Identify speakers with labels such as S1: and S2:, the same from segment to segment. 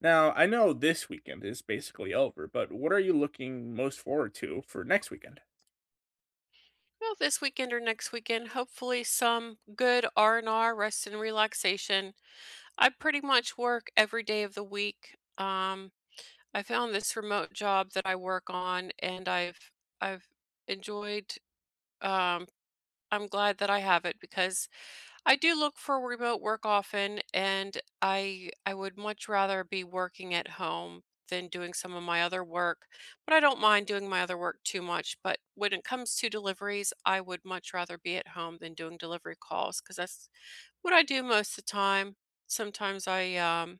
S1: Now, I know this weekend is basically over, but what are you looking most forward to for next weekend?
S2: Well, this weekend or next weekend, hopefully some good R&R, rest and relaxation. I pretty much work every day of the week. I found this remote job that I work on and I've enjoyed. um I'm glad that I have it because I do look for remote work often, and I would much rather be working at home than doing some of my other work. But I don't mind doing my other work too much. But when it comes to deliveries, I would much rather be at home than doing delivery calls because that's what I do most of the time. Sometimes I um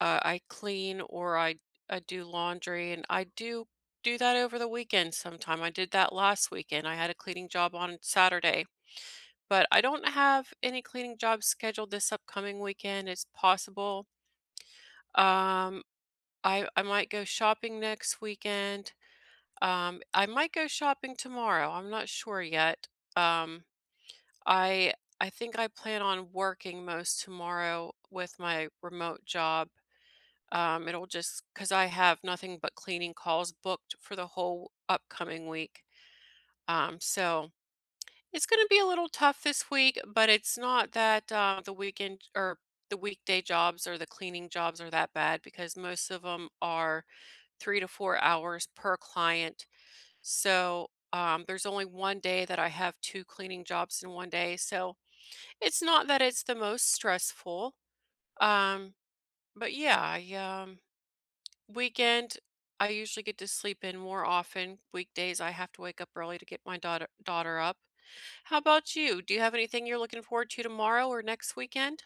S2: uh, I clean or I do laundry, and I do that over the weekend sometime. I did that last weekend. I had a cleaning job on Saturday, but I don't have any cleaning jobs scheduled this upcoming weekend. It's possible. Um, I might go shopping next weekend. I might go shopping tomorrow. I'm not sure yet. Um, I I think I plan on working most tomorrow with my remote job. It'll just because I have nothing but cleaning calls booked for the whole upcoming week. Um, so. It's gonna be a little tough this week, but it's not that, the weekend or the weekday jobs or the cleaning jobs are that bad because most of them are 3 to 4 hours per client. So, there's only 1 day that I have 2 cleaning jobs in 1 day, so it's not that it's the most stressful. Um, but yeah, weekend, I usually get to sleep in more often. Weekdays, I have to wake up early to get my daughter up. How about you? Do you have anything you're looking forward to tomorrow or next weekend?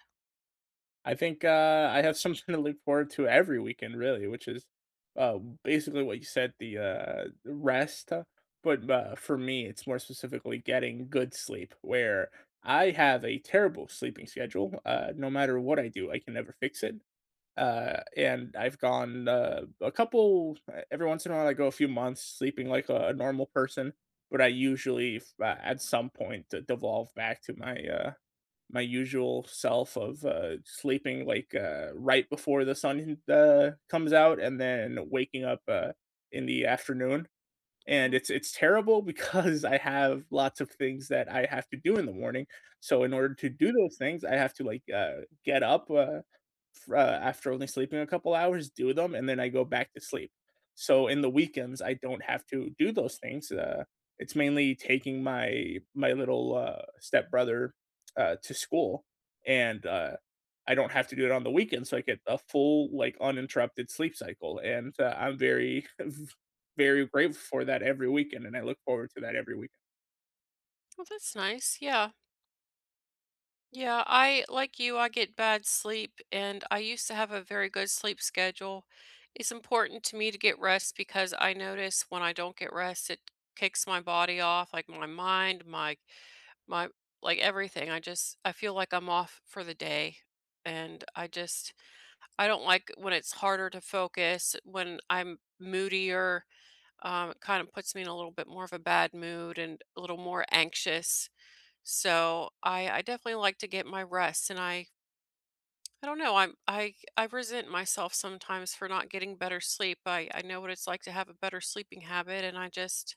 S1: I think I have something to look forward to every weekend, really, which is basically what you said, the rest. But for me, it's more specifically getting good sleep, where I have a terrible sleeping schedule. No matter what I do, I can never fix it. And I've gone, a couple every once in a while, I go a few months sleeping like a normal person, but I usually f at some point, de devolve back to my usual self of sleeping, like, right before the sun comes out and then waking up in the afternoon. And
S2: Mm.
S1: it's terrible because I have lots of things that I have to do in the morning. So in order to do those things, I have to, like, get up after only sleeping a couple hours, do them, and then I go back to sleep. So in the weekends, I don't have to do those things. It's mainly taking my little stepbrother to school, and I don't have to do it on the weekend, so I get a full, like, uninterrupted sleep cycle. And I'm very very grateful for that every weekend, and I look forward to that every weekend.
S2: Well, that's nice. Yeah. Yeah, I like you, I get bad sleep and I used to have a very good sleep schedule. It's important to me to get rest because I notice when I don't get rest, it kicks my body off, like my mind, my like everything. I feel like I'm off for the day and I don't like when it's harder to focus, when I'm moodier. It kind of puts me in a little bit more of a bad mood and a little more anxious. So I definitely like to get my rest, and I don't know. I resent myself sometimes for not getting better sleep. I know what it's like to have a better sleeping habit, and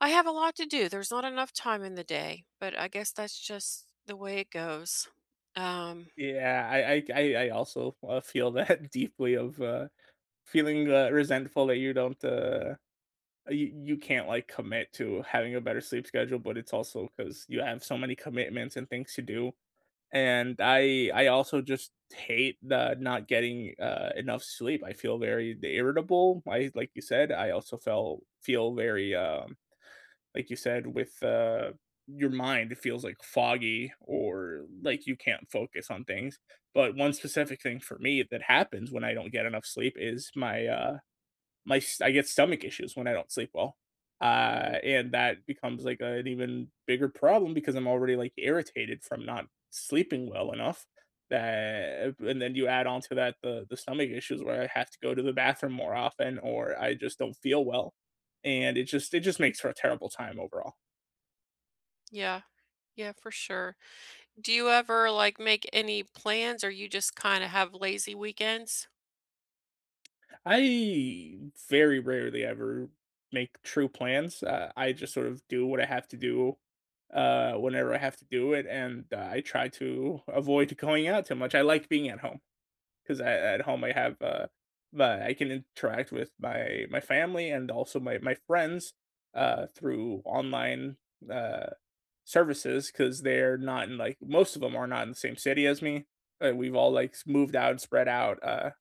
S2: I have a lot to do. There's not enough time in the day, but I guess that's just the way it goes. Um,
S1: Yeah, I also, feel that deeply of, feeling, resentful that you don't, you can't, like, commit to having a better sleep schedule, but it's also because you have so many commitments and things to do, and I also just hate the not getting, enough sleep. I feel very irritable. I, like you said, I also felt feel very, like you said, with your mind, it feels like foggy or like you can't focus on things. But one specific thing for me that happens when I don't get enough sleep is my my I get stomach issues when I don't sleep well. Uh,
S2: mhm.
S1: and that becomes like an even bigger problem because I'm already like irritated from not sleeping well enough. That and then you add on to that the stomach issues where I have to go to the bathroom more often or I just don't feel well, and it just makes for a terrible time overall.
S2: Yeah, yeah, for sure. Do you ever like make any plans, or you just kind of have lazy weekends?
S1: I very rarely ever make true plans. I just sort of do what I have to do whenever I have to do it, and I try to avoid going out too much. I like being at home because at home but I can interact with my family and also my friends through online uh, services because they're not in, like, most of them are not in the same city as me. We've all, like, moved out and spread out. Uh,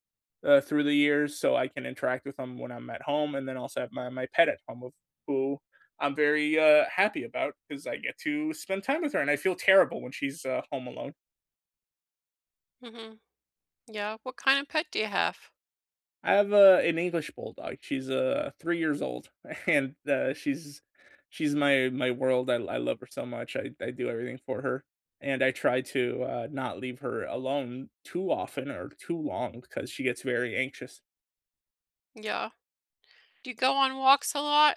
S1: uh, through the years, so I can interact with them when I'm at home, and then also have my pet at home, of who I'm very happy about because I get to spend time with her, and I feel terrible when she's home alone.
S2: Hmm Yeah, what kind of pet do you have?
S1: I have an English bulldog. She's 3 years old, and she's my world. I love her so much. I do everything for her, and I try to not leave her alone too often or too long because she gets very anxious.
S2: Yeah. Do you go on walks a lot?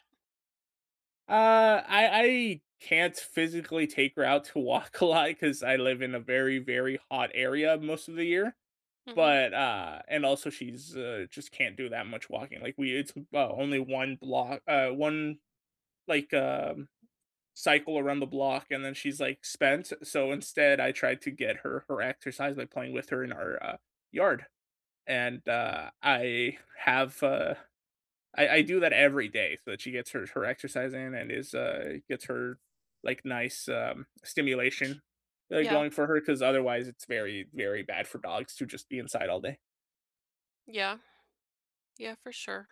S1: I can't physically take her out to walk a lot because I live in a very, very hot area most of the year,
S2: Mhm.
S1: but, and also she's, just can't do that much walking, like, we it's, only 1 block, 1, like, cycle around the block, and then she's, like, spent, so instead, I tried to get her exercise by playing with her in our, yard, and, I have, I do that every day so that she gets her exercise in and gets her, like, nice, stimulation,
S2: Yeah,
S1: going for her because otherwise it's very, very bad for dogs to just be inside all day.
S2: yeah, yeah, for sure.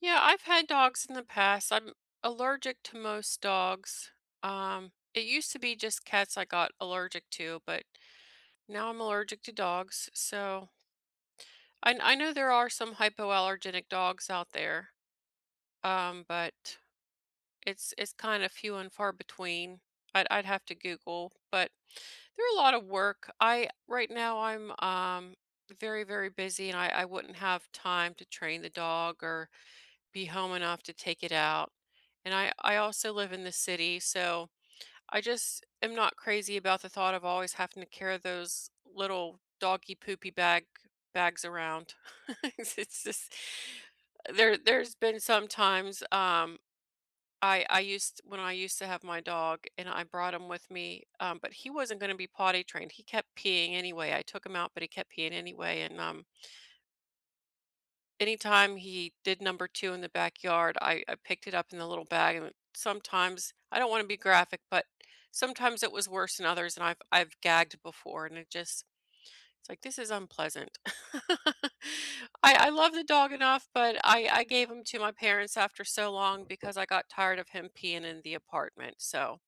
S2: Yeah, I've had dogs in the past. I'm allergic to most dogs. It used to be just cats I got allergic to, but now I'm allergic to dogs. So I know there are some hypoallergenic dogs out there, but it's kind of few and far between. I'd have to Google, but they're a lot of work. I Right now I'm very very busy and I wouldn't have time to train the dog or be home enough to take it out. And I also live in the city, so I just am not crazy about the thought of always having to carry those little doggy poopy bag bags around. It's just there's been some times. I used when I used to have my dog and I brought him with me, but he wasn't going to be potty trained. He kept peeing anyway. I took him out, but he kept peeing anyway. And anytime he did number two in the backyard, I picked it up in the little bag. And sometimes I don't want to be graphic, but sometimes it was worse than others. And I've gagged before, and it just it's like this is unpleasant. I love the dog enough, but I gave him to my parents after so long because I got tired of him peeing in the apartment. So.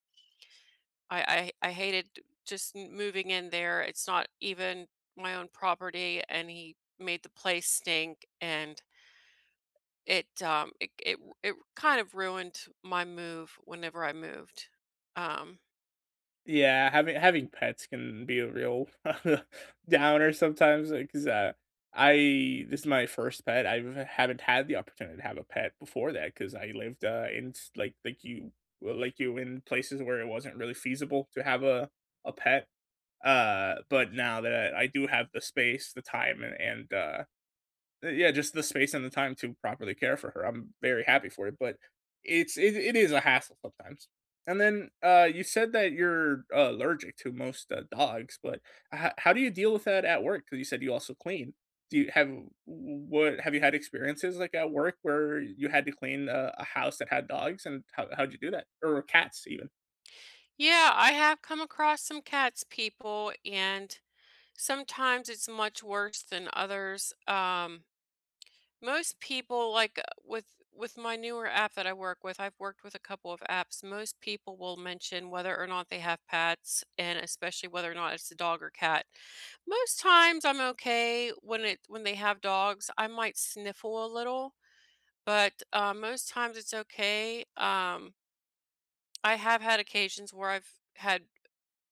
S2: I hated just m moving in there. It's not even my own property, and he made the place stink, and it, um, it it it kind of ruined my move whenever I moved. Um,
S1: Yeah, having pets can be a real downer sometimes, cause I this is my first pet. I've Haven't had the opportunity to have a pet before that because I lived, in s like you well, like you, in places where it wasn't really feasible to have a pet. But now that I do have the space, the time, and yeah, just the space and the time to properly care for her, I'm very happy for it, but it is a hassle sometimes. And then, you said that you're allergic to most, dogs, but h how do you deal with that at work? Because you said you also clean. Do you have what have you had experiences, like, at work where you had to clean a house that had dogs, and how'd you do that? Or cats even?
S2: yeah, I have come across some cats people, and sometimes it's much worse than others. Most people like with my newer app that I work with, I've worked with a couple of apps. Most people will mention whether or not they have pets and especially whether or not it's a dog or cat. Most times I'm okay when it when they have dogs. I might sniffle a little, but most times it's okay. I have had occasions where had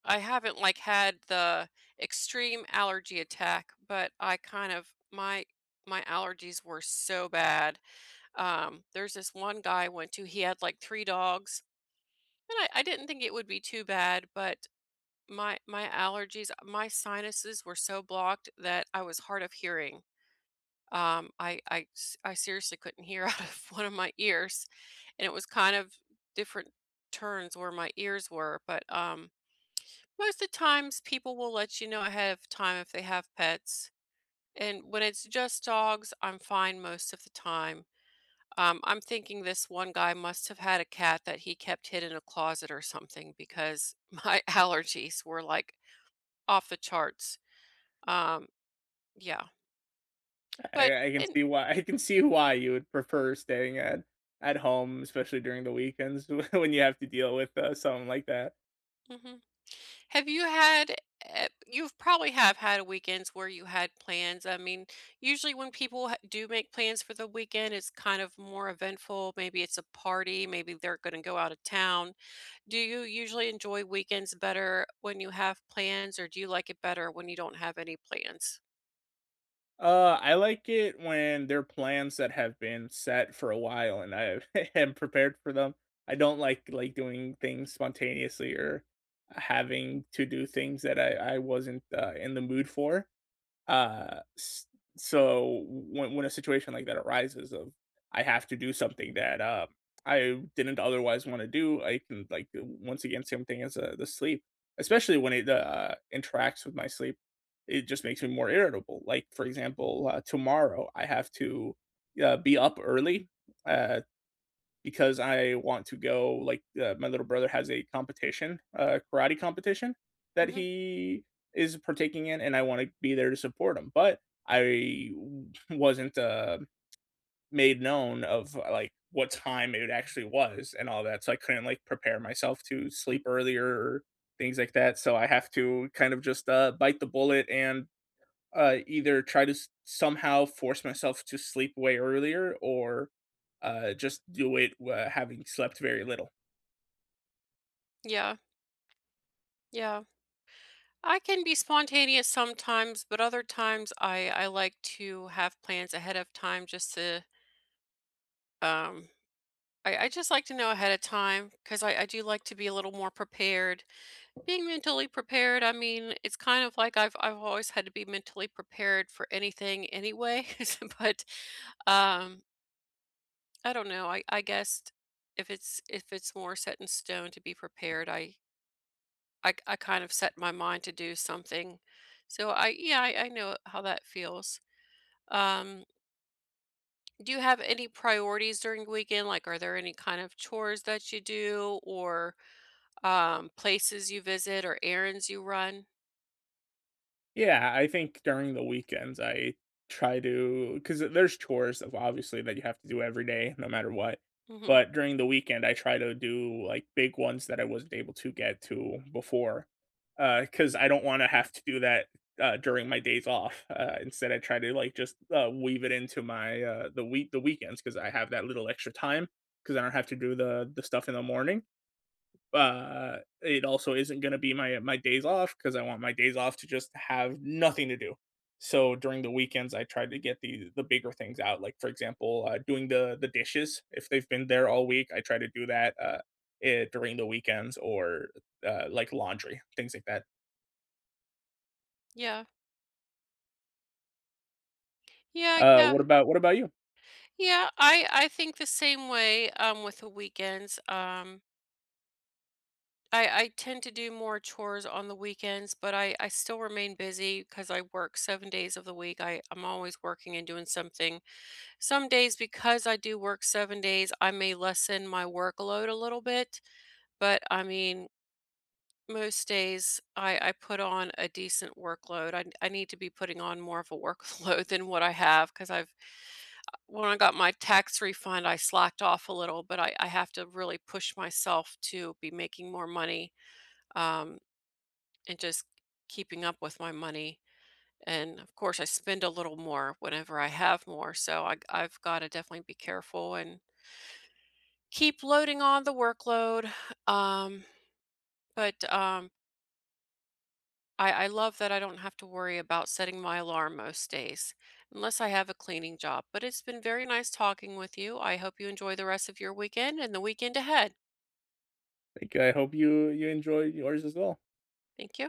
S2: I haven't like had the extreme allergy attack, but I kind of my my allergies were so bad. There's this one guy I went to, he had like three dogs, and I didn't think it would be too bad, but my allergies, my sinuses were so blocked that I was hard of hearing. I seriously couldn't hear out of one of my ears, and it was kind of different turns where my ears were. But most of the times, people will let you know ahead of time if they have pets. And when it's just dogs, I'm fine most of the time. I'm thinking this one guy must have had a cat that he kept hid in a closet or something because my allergies were like off the charts. Um, yeah, but
S1: I can
S2: and,
S1: see why I can see why you would prefer staying at home, especially during the weekends when you have to deal with, something like that.
S2: mhm. Have you had? You've probably have had weekends where you had plans. I mean, usually when people do make plans for the weekend, it's kind of more eventful. Maybe it's a party. Maybe they're going to go out of town. Do you usually enjoy weekends better when you have plans, or do you like it better when you don't have any plans?
S1: I like it when there are plans that have been set for a while and I am prepared for them. I don't like doing things spontaneously or having to do things that I wasn't, in the mood for. S so when a situation like that arises of I have to do something that, I didn't otherwise wanna do, I can, like, once again, same thing as, the sleep, especially when it, interacts with my sleep, it just makes me more irritable. Like, for example, tomorrow, I have to, be up early, uh because I want to go like, my little brother has a competition, a karate competition that
S2: Mhm.
S1: he is partaking in, and I wanna be there to support him, but I wasn't, made known of, like, what time it actually was and all that, so I couldn't, like, prepare myself to sleep earlier or things like that, so I have to kind of just, bite the bullet and either try to somehow force myself to sleep way earlier or just do it having slept very little.
S2: Yeah, yeah. I can be spontaneous sometimes, but other times I like to have plans ahead of time just to. um I just like to know ahead of time because I do like to be a little more prepared. Being mentally prepared, I mean, it's kind of like I've always had to be mentally prepared for anything anyway. So, but um I don't know. I guess if it's more set in stone to be prepared, I kind of set my mind to do something. So I yeah, I know how that feels. Um, do you have any priorities during the weekend? Like, are there any kind of chores that you do, or places you visit, or errands you run?
S1: Yeah, I think during the weekends, I try to because there's chores of, obviously, that you have to do every day no matter what,
S2: Hmm.
S1: but during the weekend, I try to do, like, big ones that I wasn't able to get to before, because I don't wanna have to do that, during my days off, instead I try to, like, just, weave it into my, the week the weekends because I have that little extra time because I don't have to do the stuff in the morning. It also isn't gonna be my days off because I want my days off to just have nothing to do. So during the weekends, I try to get the bigger things out, like, for example, doing the dishes. If they've been there all week, I try to do that, during the weekends or, like, laundry, things like that.
S2: Yeah, yeah,
S1: Uh,
S2: yeah,
S1: what about what about you?
S2: yeah. I think the same way with the weekends. I tend to do more chores on the weekends, but I still remain busy because I work 7 days of the week. I'm always working and doing something. Some days, because I do work 7 days, I may lessen my workload a little bit, but, I mean, most days I put on a decent workload. I need to be putting on more of a workload than what I have because I have 'cause I've when I got my tax refund, I slacked off a little, but I have to really push myself to be making more money, um, and just keeping up with my money, and, of course, I spend a little more whenever I have more, so I've gotta definitely be careful and keep loading on the workload. Um, but um, I love that I don't have to worry about setting my alarm most days, unless I have a cleaning job. But it's been very nice talking with you. I hope you enjoy the rest of your weekend and the weekend ahead.
S1: Like, I hope you enjoy yours as well.
S2: Thank you.